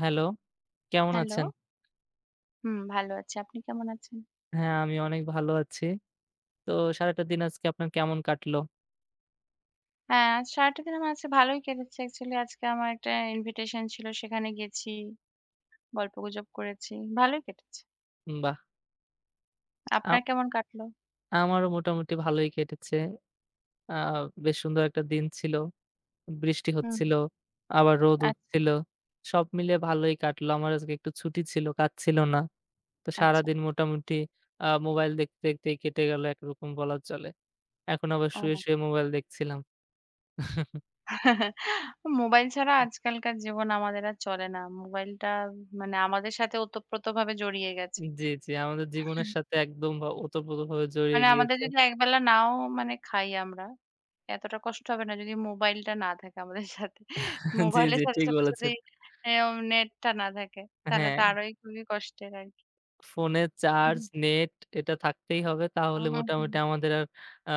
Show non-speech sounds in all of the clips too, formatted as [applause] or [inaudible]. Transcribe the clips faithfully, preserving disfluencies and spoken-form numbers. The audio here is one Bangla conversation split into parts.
হ্যালো, কেমন হ্যালো। আছেন? হুম, ভালো আছি। আপনি কেমন আছেন? হ্যাঁ, আমি অনেক ভালো আছি। তো সারাটা দিন আজকে আপনার কেমন কাটলো? হ্যাঁ, আজ সারাটা দিন আমার আজকে ভালোই কেটেছে। অ্যাকচুয়ালি আজকে আমার একটা ইনভিটেশন ছিল, সেখানে গেছি, গল্পগুজব করেছি। ভালোই কেটেছে। বাহ! আ আপনার কেমন কাটলো? আমারও মোটামুটি ভালোই কেটেছে। আ বেশ সুন্দর একটা দিন ছিল। বৃষ্টি হুম। হচ্ছিল, আবার রোদ আচ্ছা। উঠছিল। সব মিলিয়ে ভালোই কাটলো। আমার আজকে একটু ছুটি ছিল, কাজ ছিল না। তো আচ্ছা। সারাদিন মোটামুটি আ মোবাইল দেখতে, দেখতেই কেটে গেল একরকম বলা চলে। এখন আবার ও। শুয়ে, শুয়ে মোবাইল দেখছিলাম। [laughs] [laughs] মোবাইল ছাড়া আজকালকার জীবন আমাদের আর চলে না। মোবাইলটা মানে আমাদের সাথে ওতপ্রোতভাবে জড়িয়ে গেছে। জি, জি। আমাদের জীবনের সাথে একদম বা ওতপ্রোতভাবে জড়িয়ে মানে আমাদের গিয়েছে। যদি একবেলা নাও মানে খাই আমরা এতটা কষ্ট হবে না যদি মোবাইলটা না থাকে আমাদের সাথে। জি, মোবাইলের জি, সাথে, ঠিক সাথে যদি বলেছেন। এও নেটটা না থাকে তাহলে হ্যাঁ, তো আরোই খুবই কষ্টের আরকি। ফোনে চার্জ, হুম, নেট এটা থাকতেই হবে। তাহলে হুম। মোটামুটি আমাদের আর আ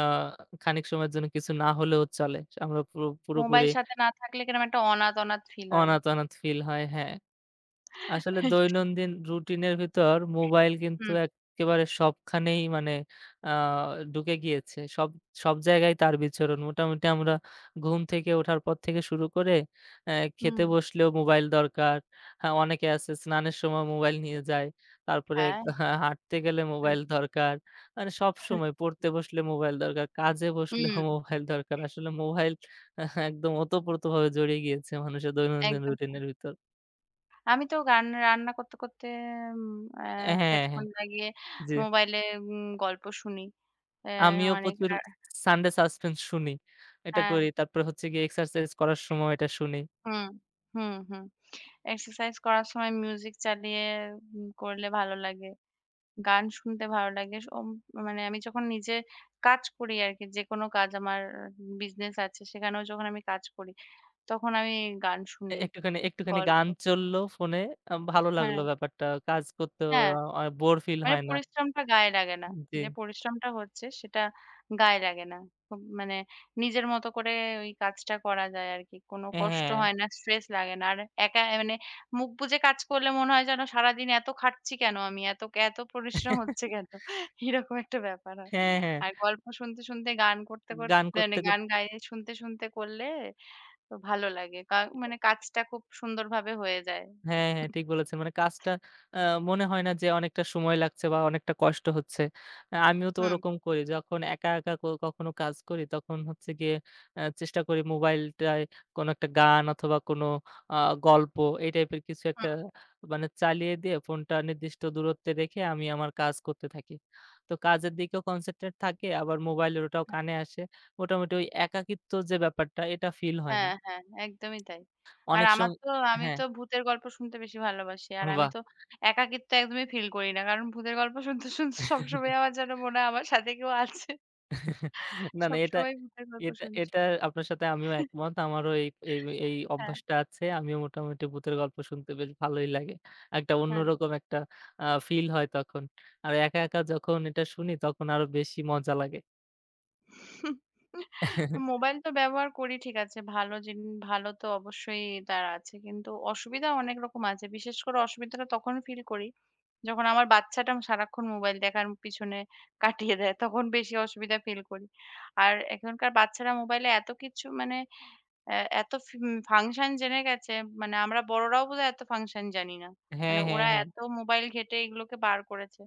খানিক সময়ের জন্য কিছু না হলেও চলে। আমরা পুরো পুরোপুরি মোবাইল সাথে না থাকলে কিরকম একটা অনাথ, অনাথ ফিল হয়। অনাথ, অনাথ ফিল হয়। হ্যাঁ। আসলে দৈনন্দিন রুটিনের ভিতর মোবাইল কিন্তু হুম, একেবারে সবখানেই মানে আ ঢুকে গিয়েছে। সব, সব জায়গায় তার বিচরণ। মোটামুটি আমরা ঘুম থেকে ওঠার পর থেকে শুরু করে অ্যা হুম। খেতে বসলেও মোবাইল দরকার। হ্যাঁ, অনেকে আছে স্নানের সময় মোবাইল নিয়ে যায়। তারপরে হ্যাঁ। [laughs] হা হাঁটতে গেলে মোবাইল দরকার। মানে সবসময় পড়তে বসলে মোবাইল দরকার, কাজে হুম, বসলেও [laughs] মোবাইল দরকার। আসলে মোবাইল আহ, [laughs] একদম ওতপ্রোতভাবে জড়িয়ে গিয়েছে মানুষের দৈনন্দিন একদম তাই। রুটিনের ভিতর। আমি তো গান রান্না করতে, করতে উম আ হ্যাঁ, হ্যাঁ। হেডফোন লাগিয়ে জি। মোবাইলে উম গল্প শুনি। অ্যা আমিও অনেক প্রচুর আ সানডে সাসপেন্স শুনি। এটা হ্যাঁ। করি। তারপরে হচ্ছে গিয়ে এক্সারসাইজ করার সময় এটা শুনি। হুম, হুম, হুম। এক্সারসাইজ করার সময় মিউজিক চালিয়ে উম করলে ভালো লাগে। গান শুনতে ভালো লাগে। সোম মানে আমি যখন নিজে কাজ করি আরকি, যেকোনো কাজ আমার বিজনেস আছে, সেখানেও যখন আমি কাজ করি, তখন আমি গান এ শুনি, একটুখানি একটুখানি গল্প। গান চললো ফোনে। আ ভালো লাগলো হ্যাঁ, ব্যাপারটা। কাজ করতেও হ্যাঁ। আ বোর ফিল মানে হয় না। পরিশ্রমটা গায়ে লাগে না। জি। যে পরিশ্রমটা হচ্ছে সেটা গায়ে লাগে না। খুব মানে নিজের মতো করে ওই কাজটা করা যায় আরকি। কোনো কষ্ট হ্যাঁ। হয় না, স্ট্রেস লাগে না। আর একা মানে মুখ বুজে কাজ করলে মনে হয় যেন সারাদিন এত খাটছি কেন আমি? এত এত পরিশ্রম হচ্ছে কেন? [laughs] [laughs] এরকম একটা ব্যাপার হয়। হ্যাঁ, হ্যাঁ। আর গল্প শুনতে, শুনতে গান করতে, করতে গান মানে করতে, করতে গান গাইয়ে শুনতে, শুনতে করলে তো ভালো লাগে। কা মানে কাজটা খুব সুন্দরভাবে হয়ে যায়। হ্যাঁ, হ্যাঁ, ঠিক বলেছেন। মানে কাজটা আ মনে হয় না যে অনেকটা সময় লাগছে বা অনেকটা কষ্ট হচ্ছে। আ আমিও তো হুম, ওরকম করি। যখন একা, একা ক কখনো কাজ করি তখন হচ্ছে গিয়ে আ চেষ্টা করি মোবাইলটায় কোনো একটা গান অথবা কোনো আ গল্প এই টাইপের কিছু একটা হুম। মানে চালিয়ে দিয়ে ফোনটা নির্দিষ্ট দূরত্বে রেখে আমি আমার কাজ করতে থাকি। তো কাজের দিকেও কনসেন্ট্রেট থাকে আবার মোবাইলের ওটাও কানে আসে। মোটামুটি ওই একাকিত্ব যে ব্যাপারটা এটা ফিল হয় না। হ্যাঁ, হ্যাঁ, একদমই তাই। আর অনেক সম আমার তো আমি হ্যাঁ, তো ভূতের গল্প শুনতে বেশি ভালোবাসি। আর আমি বাহ! তো একাকিত্ব একদমই ফিল করি না। কারণ ভূতের গল্প শুনতে, শুনতে সবসময় আমার যেন মনে হয় আমার সাথে কেউ আছে। না, না এটা, সবসময় ভূতের গল্প এটা শুনছি। এটা আপনার সাথে আমিও একমত। আমারও এই এই এই হ্যাঁ, অভ্যাসটা আছে। আমিও মোটামুটি ভূতের গল্প শুনতে বেশ ভালোই লাগে। একটা হ্যাঁ। অন্যরকম একটা আ ফিল হয় তখন। আর একা, একা যখন এটা শুনি তখন আরো বেশি মজা লাগে। [laughs] মোবাইল তো ব্যবহার করি ঠিক আছে। ভালো জিন ভালো তো অবশ্যই তার আছে। কিন্তু অসুবিধা অনেক রকম আছে। বিশেষ করে অসুবিধাটা তখন ফিল করি, যখন আমার বাচ্চাটা সারাক্ষণ মোবাইল দেখার পিছনে কাটিয়ে দেয়। তখন বেশি অসুবিধা ফিল করি। আর এখনকার বাচ্চারা মোবাইলে এত কিছু মানে অ্যা এত ফি ফাংশন জেনে গেছে, মানে আমরা বড়রাও বোধহয় এত ফাংশন জানি না। হ্যাঁ, মানে হ্যাঁ, ওরা হ্যাঁ। এত মোবাইল ঘেঁটে এগুলোকে বার করেছে।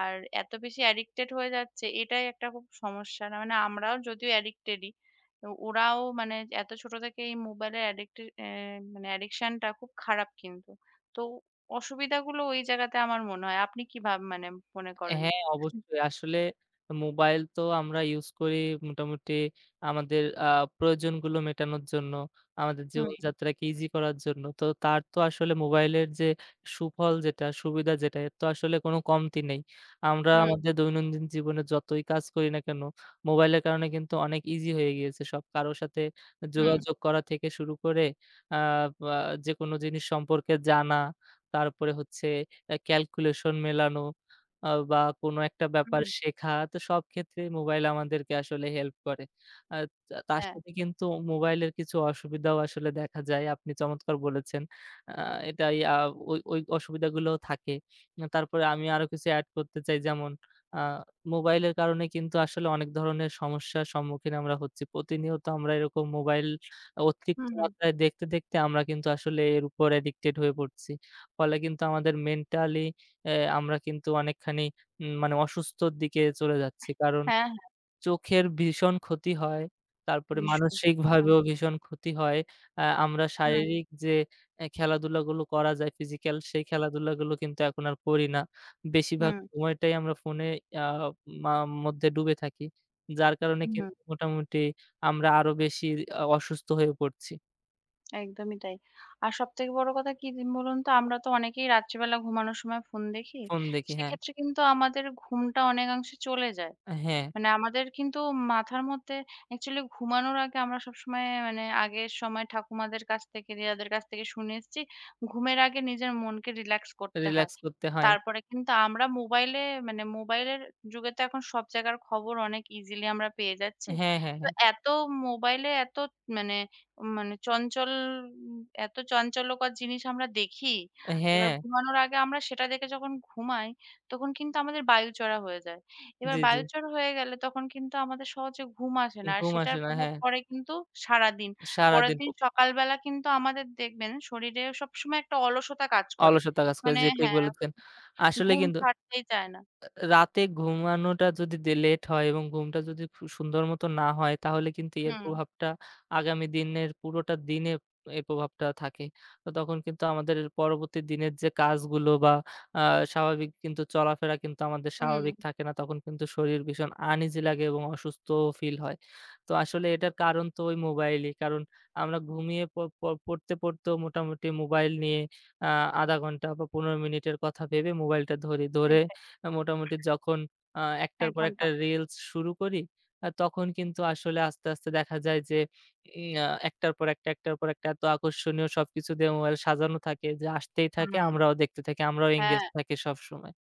আর এত বেশি অ্যাডিক্টেড হয়ে যাচ্ছে এটাই একটা খুব সমস্যা। না মানে আমরাও যদিও অ্যাডিক্টেডই। তো ওরাও মানে এত ছোট থেকে এই মোবাইলের অ্যাডিক্টে অ্যা মানে অ্যাডিকশন টা খুব খারাপ কিন্তু। তো অসুবিধাগুলো ওই জায়গাতে আমার মনে হয়। আপনি কি ভাব মানে মনে করেন? হ্যাঁ, অবশ্যই। আসলে মোবাইল তো আমরা ইউজ করি মোটামুটি আমাদের আ প্রয়োজনগুলো মেটানোর জন্য, আমাদের হুম, জীবনযাত্রাকে ইজি করার জন্য। তো তার তো আসলে মোবাইলের যে সুফল যেটা, সুবিধা যেটা এর তো আসলে কোনো কমতি নেই। আমরা হুম, আমাদের দৈনন্দিন জীবনে যতই কাজ করি না কেন, মোবাইলের কারণে কিন্তু অনেক ইজি হয়ে গিয়েছে সব। কারো সাথে হুম, যোগাযোগ করা থেকে শুরু করে আ বা যেকোনো জিনিস সম্পর্কে জানা, তারপরে হচ্ছে অ্যা ক্যালকুলেশন মেলানো আ বা কোনো একটা ব্যাপার হুম, শেখা তো সব ক্ষেত্রেই মোবাইল আমাদেরকে আসলে হেল্প করে। আর তা তার হ্যাঁ, সাথে কিন্তু মোবাইলের কিছু অসুবিধাও আসলে দেখা যায়। আপনি চমৎকার বলেছেন। আ এটাই আ ওই ওই অসুবিধাগুলোও থাকে। আ তারপরে আমি আরো কিছু এড করতে চাই যেমন আ মোবাইলের কারণে কিন্তু আসলে অনেক ধরনের সমস্যার সম্মুখীন আমরা হচ্ছি। প্রতিনিয়ত আমরা এরকম মোবাইল অতিরিক্ত হুম, হুম। মাত্রায় দেখতে, দেখতে আমরা কিন্তু আসলে এর উপর অ্যাডিক্টেড হয়ে পড়ছি। ফলে কিন্তু আমাদের মেন্টালি অ্যা আমরা কিন্তু অনেকখানি উম মানে অসুস্থর দিকে চলে যাচ্ছি। কারণ হ্যাঁ, হ্যাঁ, চোখের ভীষণ ক্ষতি হয়। তারপরে ভীষণ। হুম, মানসিকভাবেও ভীষণ ক্ষতি হয়। আ আমরা হুম, শারীরিক যে অ্যা খেলাধুলাগুলো করা যায় ফিজিক্যাল সেই খেলাধুলাগুলো কিন্তু এখন আর করি না। বেশিরভাগ হুম, সময়টাই আমরা ফোনে আ মা মধ্যে ডুবে থাকি। যার কারণে হুম। কিন্তু মোটামুটি আমরা আরো বেশি আ অসুস্থ হয়ে পড়ছি। একদমই তাই। আর সবথেকে বড় কথা কি দিন বলুন তো? আমরা তো অনেকেই রাত্রিবেলা ঘুমানোর সময় ফোন দেখি। ফোন দেখি হ্যাঁ, সেক্ষেত্রে কিন্তু আমাদের ঘুমটা অনেকাংশে চলে যায়। হ্যাঁ, মানে আমাদের কিন্তু মাথার মধ্যে অ্যাকচুয়ালি ঘুমানোর আগে আমরা সবসময় মানে আগের সময় ঠাকুমাদের কাছ থেকে, দিদাদের কাছ থেকে শুনে এসেছি, ঘুমের আগে নিজের মনকে রিল্যাক্স করতে হয়। রিল্যাক্স করতে হয়। তারপরে কিন্তু আমরা মোবাইলে মানে মোবাইলের যুগে তো এখন সব জায়গার খবর অনেক ইজিলি আমরা পেয়ে যাচ্ছি। হ্যাঁ, হ্যাঁ, তো হ্যাঁ, এত মোবাইলে এত মানে, মানে চঞ্চল উম, এত চাঞ্চল্যকর জিনিস আমরা দেখি। এবার হ্যাঁ, ঘুমানোর আগে আমরা সেটা দেখে যখন ঘুমাই, তখন কিন্তু আমাদের বায়ুচড়া হয়ে যায়। এবার জি, জি। বায়ুচড়া হয়ে গেলে তখন কিন্তু আমাদের সহজে ঘুম আসে না। আর ঘুম সেটার আসে না। প্রভাব হ্যাঁ, পড়ে কিন্তু সারাদিন। পরের সারাদিন দিন সকালবেলা কিন্তু আমাদের দেখবেন শরীরে সবসময় একটা অলসতা কাজ করে। অলসতা কাজ করে মানে যেটাই হ্যাঁ। বলেছেন। আসলে ঘুম কিন্তু, ছাড়তেই চায় না। রাতে ঘুমানোটা যদি দে লেট হয় এবং ঘুমটা যদি খু সুন্দর মতো না হয় তাহলে কিন্তু এর হুম, প্রভাবটা আগামী দিনের পুরোটা দিনে এর প্রভাবটা থাকে। তো তখন কিন্তু আমাদের পরবর্তী দিনের যে কাজগুলো বা আ স্বাভাবিক কিন্তু চলাফেরা কিন্তু আমাদের হুম, স্বাভাবিক থাকে না। তখন কিন্তু শরীর ভীষণ আনইজি লাগে এবং অসুস্থ ফিল হয়। তো আসলে এটার কারণ তো ওই মোবাইলই। কারণ আমরা ঘুমিয়ে প প পড়তে, পড়তেও মোটামুটি মোবাইল নিয়ে আ আধ ঘন্টা বা পনেরো মিনিটের কথা ভেবে মোবাইলটা ধরি। ধরে সেটাই। আ মোটামুটি যখন আ একটার এক পর একটা ঘন্টা। রিলস শুরু করি, আ তখন কিন্তু আসলে আস্তে, আস্তে দেখা যায় যে উম আ একটার পর একটা, একটার পর একটা এত আকর্ষণীয় সবকিছু দিয়ে মোবাইল সাজানো থাকে যে আসতেই থাকে, হুম, আমরাও দেখতে থাকি, আমরাও এনগেজ হ্যাঁ। থাকি সবসময়।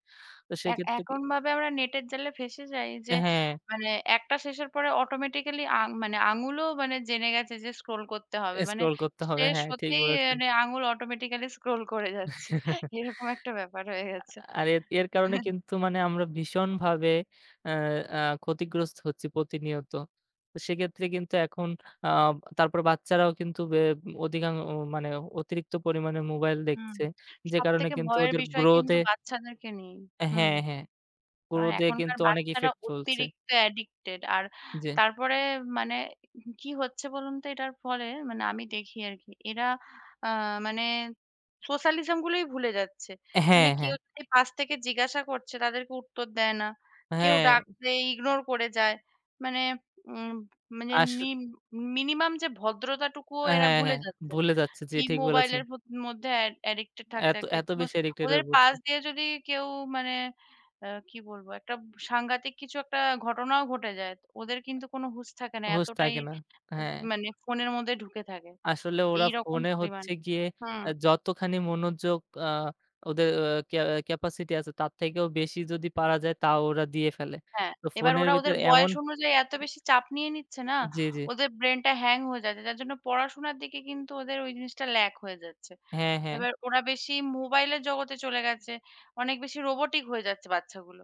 তো এ সেক্ষেত্রে কি এখন ভাবে আমরা নেটের জালে ফেঁসে যাই যে হ্যাঁ, মানে একটা শেষের পরে অটোমেটিক্যালি আ মানে আঙুলও মানে জেনে গেছে যে স্ক্রল করতে হবে। মানে স্ক্রল করতে হবে। শেষ হ্যাঁ, ঠিক হতেই বলেছেন। মানে আঙুল অটোমেটিক্যালি স্ক্রল করে যাচ্ছে। [laughs] এরকম একটা ব্যাপার হয়ে গেছে। আর এর এর কারণে কিন্তু মানে আমরা ভীষণভাবে অ্যা আ ক্ষতিগ্রস্ত হচ্ছি প্রতিনিয়ত। তো সেক্ষেত্রে কিন্তু এখন আ তারপর বাচ্চারাও কিন্তু বে অধিকাং মানে অতিরিক্ত পরিমাণে মোবাইল হুম, দেখছে। যে কারণে সবথেকে কিন্তু ভয়ের ওদের বিষয় গ্রোথ কিন্তু এ বাচ্চাদেরকে নিয়েই। হুম। হ্যাঁ, হ্যাঁ, কারণ গ্রোথ এ এখনকার কিন্তু অনেক বাচ্চারা ইফেক্ট ফেলছে। অতিরিক্ত অ্যাডিক্টেড। আর জি। তারপরে মানে কি হচ্ছে বলুন তো এটার ফলে মানে আমি দেখি আরকি। এরা আ মানে সোশ্যালিজম গুলোই ভুলে যাচ্ছে। মানে হ্যাঁ, হ্যাঁ, কেউ যদি পাশ থেকে জিজ্ঞাসা করছে তাদেরকে উত্তর দেয় না। কেউ হ্যাঁ, ডাকলে ইগনোর করে যায়। মানে উম মানে আস নি মিনিমাম যে ভদ্রতাটুকুও এরা হ্যাঁ, ভুলে হ্যাঁ, যাচ্ছে। ভুলে যাচ্ছে। জি, এই ঠিক বলেছেন। মোবাইলের প্রত মধ্যে অ্যাড অ্যাডিক্টেড থাকতে, এত, থাকতে এত ও বেশি অ্যাডিক্টেড ওদের হয়ে পড়ছে। পাশ দিয়ে যদি কেউ মানে আ কি বলবো? একটা সাংঘাতিক কিছু একটা ঘটনাও ঘটে যায়। ওদের কিন্তু কোনো হুঁশ থাকে না। হুঁশ এতটাই থাকে না। আ হ্যাঁ। মানে ফোনের মধ্যে ঢুকে থাকে। আসলে ওরা এইরকম ফোনে হচ্ছে পরিমাণে। গিয়ে হুম, আ যতখানি মনোযোগ আ ওদের আ ক্যা ক্যাপাসিটি আছে তার থেকেও বেশি যদি পারা যায় তাও ওরা দিয়ে ফেলে। হ্যাঁ। তো এবার ফোনের ওরা ওদের ভিতরে এমন বয়স অনুযায়ী এত বেশি চাপ নিয়ে নিচ্ছে না, জি, জি। ওদের ব্রেইনটা হ্যাং হয়ে যাচ্ছে। যার জন্য পড়াশোনার দিকে কিন্তু ওদের ওই জিনিসটা ল্যাক হয়ে যাচ্ছে। হ্যাঁ, হ্যাঁ। এবার ওরা বেশি মোবাইলের জগতে চলে গেছে। অনেক বেশি রোবটিক হয়ে যাচ্ছে বাচ্চাগুলো।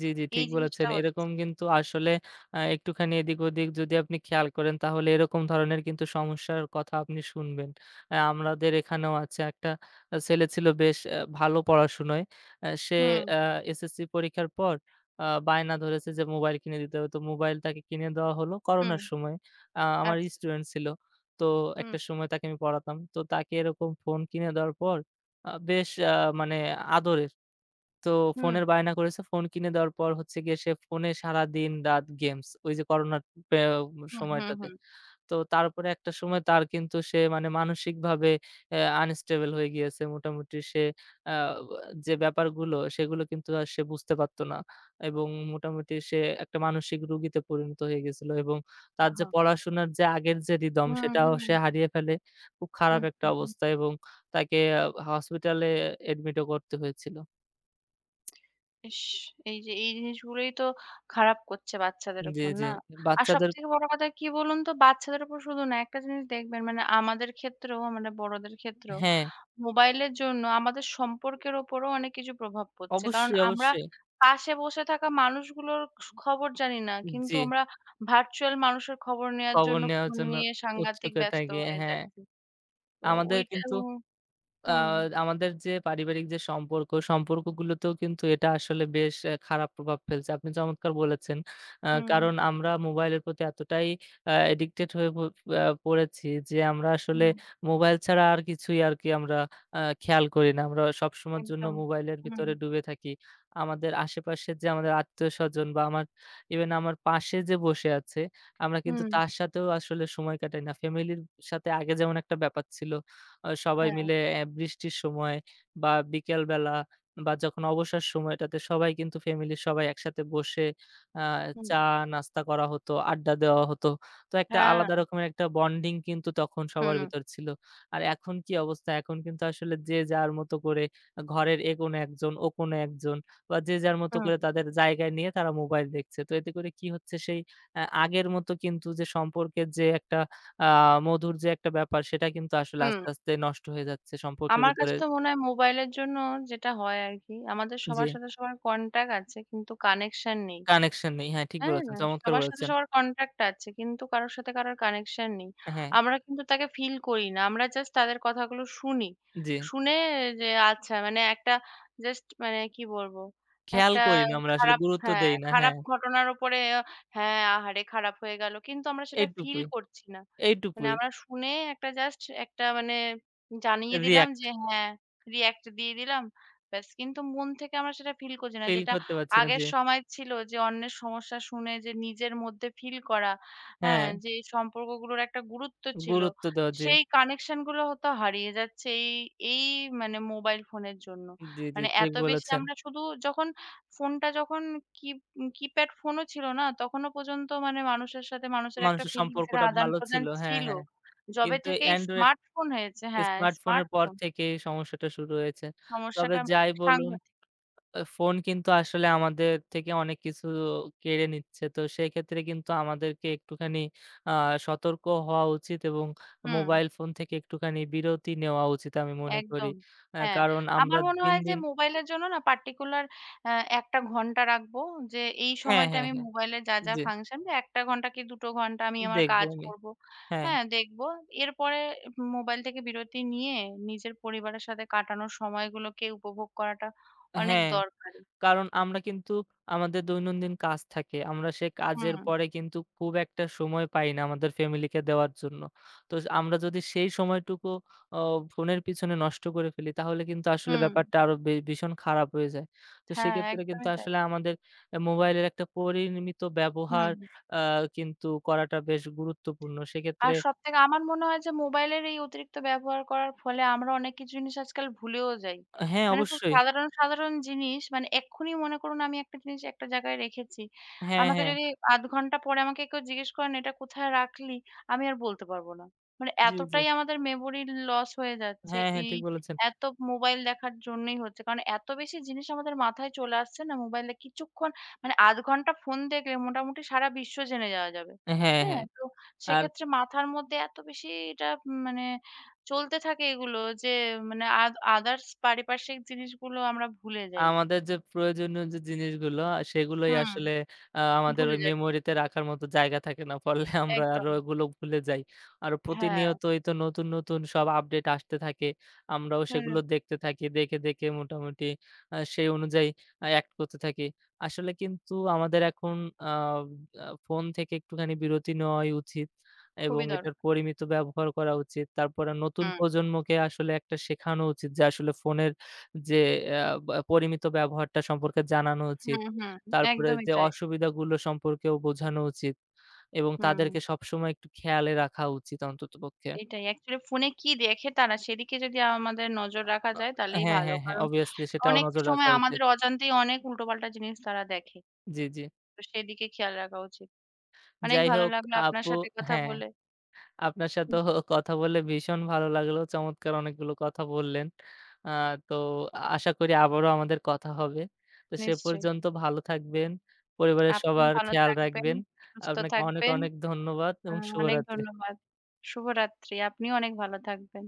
জি, জি, ঠিক এই জিনিসটা বলেছেন। হচ্ছে। এরকম কিন্তু আসলে আ একটুখানি এদিক-ওদিক যদি আপনি খেয়াল করেন তাহলে এরকম ধরনের কিন্তু সমস্যার কথা আপনি শুনবেন। আ আমাদের এখানেও আছে একটা আ ছেলে ছিল বেশ আ ভালো পড়াশোনায়। আ সে হুম, আ এসএসসি পরীক্ষার পর আ বায়না ধরেছে যে মোবাইল কিনে দিতে হবে। তো মোবাইল তাকে কিনে দেওয়া হলো হুম, করোনার সময়। আ আমার আচ্ছা। স্টুডেন্ট ছিল। তো হুম, একটা সময় তাকে আমি পড়াতাম। তো তাকে এরকম ফোন কিনে দেওয়ার পর আ বেশ আ মানে আদরের। তো হুম, ফোনের বায়না করেছে। ফোন কিনে দেওয়ার পর হচ্ছে গিয়ে সে ফোনে সারাদিন রাত গেমস। ওই যে করোনার পে হুম, হুম, সময়টাতে। হুম। তো তারপরে একটা সময় তার কিন্তু সে মানে মানসিকভাবে অ্যা আনস্টেবল হয়ে গিয়েছে। মোটামুটি সে আ যে ব্যাপারগুলো সেগুলো কিন্তু আর সে বুঝতে পারত না। এবং মোটামুটি সে একটা মানসিক রোগীতে পরিণত হয়ে গেছিল এবং তার যে আহা! পড়াশোনার যে আগের যে রিদম হুম, সেটাও হুম, সে হারিয়ে ফেলে। খুব খারাপ হুম, একটা হুম। হুম। অবস্থা এবং তাকে আ হসপিটালে অ্যাডমিটও করতে হয়েছিল। ইস! এই যে এই জিনিসগুলোই তো খারাপ করছে বাচ্চাদের জি, উপর জি। না? আর বাচ্চাদের সবথেকে বড় কথা কি বলুন তো? বাচ্চাদের উপর শুধু না, একটা জিনিস দেখবেন মানে আমাদের ক্ষেত্রেও, আমাদের বড়দের ক্ষেত্রেও হ্যাঁ, মোবাইলের জন্য আমাদের সম্পর্কের উপরও অনেক কিছু প্রভাব পড়ছে। কারণ অবশ্যই, আমরা অবশ্যই। পাশে বসে থাকা মানুষগুলোর স খবর জানি না। কিন্তু জি, আমরা ভার্চুয়াল মানুষের খবর নেয়ার খবর জন্য নেওয়ার ফোন জন্য নিয়ে সাংঘাতিক উৎসুকতা ব্যস্ত গিয়ে হয়ে হ্যাঁ, যাচ্ছি। তো আমাদের ওইটাও কিন্তু আ হুম, আমাদের যে পারিবারিক যে সম্পর্ক, সম্পর্কগুলোতেও কিন্তু এটা আসলে বেশ অ্যা খারাপ প্রভাব ফেলছে। আপনি চমৎকার বলেছেন। আ হুম, কারণ আমরা মোবাইলের প্রতি এতটাই আ অ্যাডিক্টেড হয়ে প আ পড়েছি যে আমরা আসলে হুম, মোবাইল ছাড়া আর কিছুই আরকি আমরা আ খেয়াল করি না। আমরা সবসময়ের জন্য একদম। মোবাইলের হুম, ভিতরে ডুবে থাকি। আমাদের আশেপাশের যে আমাদের আত্মীয়স্বজন বা আমার ইভেন আমার পাশে যে বসে আছে, আমরা কিন্তু হুম, তার সাথেও আসলে সময় কাটাই না। ফ্যামিলির সাথে আগে যেমন একটা ব্যাপার ছিল আ সবাই হ্যাঁ, মিলে অ্যা বৃষ্টির সময় বা বিকেলবেলা বা যখন অবসর সময়টাতে সবাই কিন্তু ফ্যামিলির সবাই একসাথে বসে আ হুম, চা নাস্তা করা হতো, আড্ডা দেওয়া হতো। তো একটা হ্যাঁ, আলাদা রকমের একটা বন্ডিং কিন্তু তখন সবার হুম, ভিতর ছিল। আর এখন কি অবস্থা? এখন কিন্তু আসলে যে যার মতো করে ঘরের এ কোণে একজন, ও কোণে একজন বা যে যার মতো করে হুম, তাদের জায়গায় নিয়ে তারা মোবাইল দেখছে। তো এতে করে কি হচ্ছে সেই অ্যা আগের মতো কিন্তু যে সম্পর্কের যে একটা আ মধুর যে একটা ব্যাপার সেটা কিন্তু আসলে হুম। আস্তে, আস্তে নষ্ট হয়ে যাচ্ছে সম্পর্কের আমার ভিতরে কাছে তো মনে হয় মোবাইলের জন্য যেটা হয় আরকি, আমাদের জি, সবার সাথে সবার কনট্যাক্ট আছে কিন্তু কানেকশন নেই। কানেকশন নেই। হ্যাঁ, ঠিক হ্যাঁ, বলেছেন। হ্যাঁ, চমৎকার সবার সাথে বলেছেন। সবার কনট্যাক্ট আছে। কিন্তু কারোর সাথে কারোর কানেকশন নেই। হ্যাঁ, আমরা কিন্তু তাকে ফিল করি না। আমরা জাস্ট তাদের কথাগুলো শুনি। জি। শুনে যে আচ্ছা মানে একটা জাস্ট মানে কি বলবো? খেয়াল একটা করি না আমরা আসলে খারাপ গুরুত্ব হ্যাঁ, দেই না। খারাপ হ্যাঁ, ঘটনার উপরে আহ, হ্যাঁ, আহারে খারাপ হয়ে গেল। কিন্তু আমরা সেটা ফিল এইটুকুই, করছি না। মানে এইটুকুই। আমরা শুনে একটা জাস্ট একটা মানে জানিয়ে দিলাম রিঅ্যাক্ট যে হ্যাঁ, রিঅ্যাক্ট দিয়ে দিলাম। ব্যাস কিন্তু মন থেকে আমরা সেটা ফিল করছি না। ফিল যেটা করতে পারছি না। জি, আগের সময় ছিল যে অন্যের সমস্যা শুনে যে নিজের মধ্যে ফিল করা, হ্যাঁ? হ্যাঁ, যে এই সম্পর্কগুলোর একটা গুরুত্ব ছিল। গুরুত্ব দেওয়া জি, সেই কানেকশন গুলো হয়তো হারিয়ে যাচ্ছে এই, এই মানে মোবাইল ফোনের জন্য। জি, জি, মানে ঠিক এত বেশি বলেছেন। আমরা শুধু যখন ফোনটা যখন কি কিপ্যাড ফোনও ছিল না, তখনও পর্যন্ত মানে মানুষের সাথে মানুষের একটা মানুষের ফিলিংস এর সম্পর্কটা ভালো আদান-প্রদান ছিল। হ্যাঁ, ছিল। হ্যাঁ। যবে কিন্তু থেকে এই Android স্মার্টফোন হয়েছে হ্যাঁ, স্মার্টফোনের পর স্মার্টফোন থেকে এই সমস্যাটা শুরু হয়েছে। তবে সমস্যাটা যাই বলুন সাংঘাতিক। আ ফোন কিন্তু আসলে আমাদের থেকে অনেক কিছু কেড়ে নিচ্ছে। তো সেক্ষেত্রে কিন্তু আমাদেরকে একটুখানি আ সতর্ক হওয়া উচিত এবং হুম। মোবাইল ফোন থেকে একটুখানি বিরতি নেওয়া উচিত আমি মনে করি। একদম। আ হ্যাঁ, কারণ আমরা আমার মনে দিন, হয় যে দিন মোবাইলের জন্য না particular অ্যা এক টা ঘন্টা রাখবো। যে এই হ্যাঁ, সময়টা হ্যাঁ, আমি হ্যাঁ। মোবাইলে যা, যা জি, ফাংশন এক টা ঘন্টা কি দু টো ঘন্টা আমি আমার দেখব কাজ আমি। করব। হ্যাঁ, হ্যাঁ, দেখব। এরপরে মোবাইল থেকে বিরতি নিয়ে নিজের পরিবারের সাথে কাটানোর সময়গুলোকে উপভোগ করাটা অনেক হ্যাঁ। দরকারি। কারণ আমরা কিন্তু আমাদের দৈনন্দিন কাজ থাকে। আমরা সে কাজের হুম, পরে কিন্তু খুব একটা সময় পাই না আমাদের ফ্যামিলিকে দেওয়ার জন্য। তো আমরা যদি সেই সময়টুকু অ ফোনের পিছনে নষ্ট করে ফেলি তাহলে কিন্তু আসলে হুম। ব্যাপারটা আরো বে ভীষণ খারাপ হয়ে যায়। তো হ্যাঁ, সেক্ষেত্রে কিন্তু একদমই তাই। আসলে আমাদের অ্যা মোবাইলের একটা পরিমিত ব্যবহার হুম। আ কিন্তু করাটা বেশ গুরুত্বপূর্ণ। সেক্ষেত্রে আর সবথেকে আমার মনে হয় যে মোবাইলের এই অতিরিক্ত ব্যবহার করার ফলে আমরা অনেক কিছু জিনিস আজকাল ভুলেও যাই। হ্যাঁ, মানে খুব অবশ্যই। সাধারণ, সাধারণ জিনিস মানে এক্ষুনি মনে করুন আমি একটা জিনিস একটা জায়গায় রেখেছি। হ্যাঁ, আমাকে হ্যাঁ। যদি আধ ঘন্টা পরে আমাকে কেউ জিজ্ঞেস করেন, "এটা কোথায় রাখলি?" আমি আর বলতে পারব না। মানে জি, জি। এতটাই আমাদের মেমোরি লস হয়ে যাচ্ছে হ্যাঁ, হ্যাঁ এই ঠিক বলেছেন। এত মোবাইল দেখার জন্যই হচ্ছে। কারণ এত বেশি জিনিস আমাদের মাথায় চলে আসছে না মোবাইলে কিছুক্ষণ মানে আধ ঘন্টা ফোন দেখলে মোটামুটি সারা বিশ্ব জেনে যাওয়া যাবে। হ্যাঁ, হ্যাঁ? হ্যাঁ। তো আর সেক্ষেত্রে মাথার মধ্যে এত বেশি এটা মানে চলতে থাকে এগুলো যে মানে আদ আদার্স পারিপার্শ্বিক জিনিসগুলো আমরা ভুলে যাই। আমাদের যে প্রয়োজনীয় যে জিনিসগুলো আ সেগুলোই হুম, আসলে আ আমাদের ভুলে ওই যাচ্ছি। মেমোরিতে রাখার মতো জায়গা থাকে না। ফলে আমরা আরো একদম। ওগুলো ভুলে যাই। আর হ্যাঁ, প্রতিনিয়তই তো নতুন, নতুন সব আপডেট আসতে থাকে। আমরাও হ্যাঁ, সেগুলো দেখতে থাকি। দেখে, দেখে মোটামুটি আ সেই অনুযায়ী আ অ্যাক্ট করতে থাকি। আসলে কিন্তু আমাদের এখন আ আ ফোন থেকে একটুখানি বিরতি নেওয়াই উচিত এবং খুবই এটার দরকার। পরিমিত ব্যবহার করা উচিত। তারপরে নতুন হুম, প্রজন্মকে আসলে একটা শেখানো উচিত যে আসলে ফোনের যে আ বা পরিমিত ব্যবহারটা সম্পর্কে জানানো উচিত। হুম, হুম, তারপরে একদমই যে তাই। অসুবিধাগুলো সম্পর্কেও বোঝানো উচিত এবং হুম, তাদেরকে সবসময় একটু খেয়ালে রাখা উচিত অন্ততপক্ষে। এটাই। অ্যাকচুয়ালি ফোনে কি দেখে তারা সেদিকে যদি আমাদের নজর রাখা আ যায় তাহলেই হ্যাঁ, ভালো। হ্যাঁ, হ্যাঁ, কারণ obviously সেটাও অনেক নজর রাখা সময় উচিত। আমাদের অজান্তেই অনেক উল্টোপাল্টা জিনিস তারা দেখে। জি, জি। তো সেদিকে খেয়াল রাখা উচিত। অনেক যাই ভালো হোক লাগলো আপনার আপু সাথে কথা হ্যাঁ। বলে। আপনার হুম, সাথেও কথা বলে ভীষণ ভালো লাগলো। চমৎকার অনেকগুলো কথা বললেন। আ তো আশা করি আবারও আমাদের কথা হবে। তো সে নিশ্চয়ই। পর্যন্ত ভালো থাকবেন। পরিবারের আপনিও সবার ভালো খেয়াল থাকবেন, রাখবেন। সুস্থ আপনাকে অনেক, থাকবেন। অনেক ধন্যবাদ আ এবং অনেক শুভরাত্রি। ধন্যবাদ। শুভরাত্রি। আপনিও অনেক ভালো থাকবেন।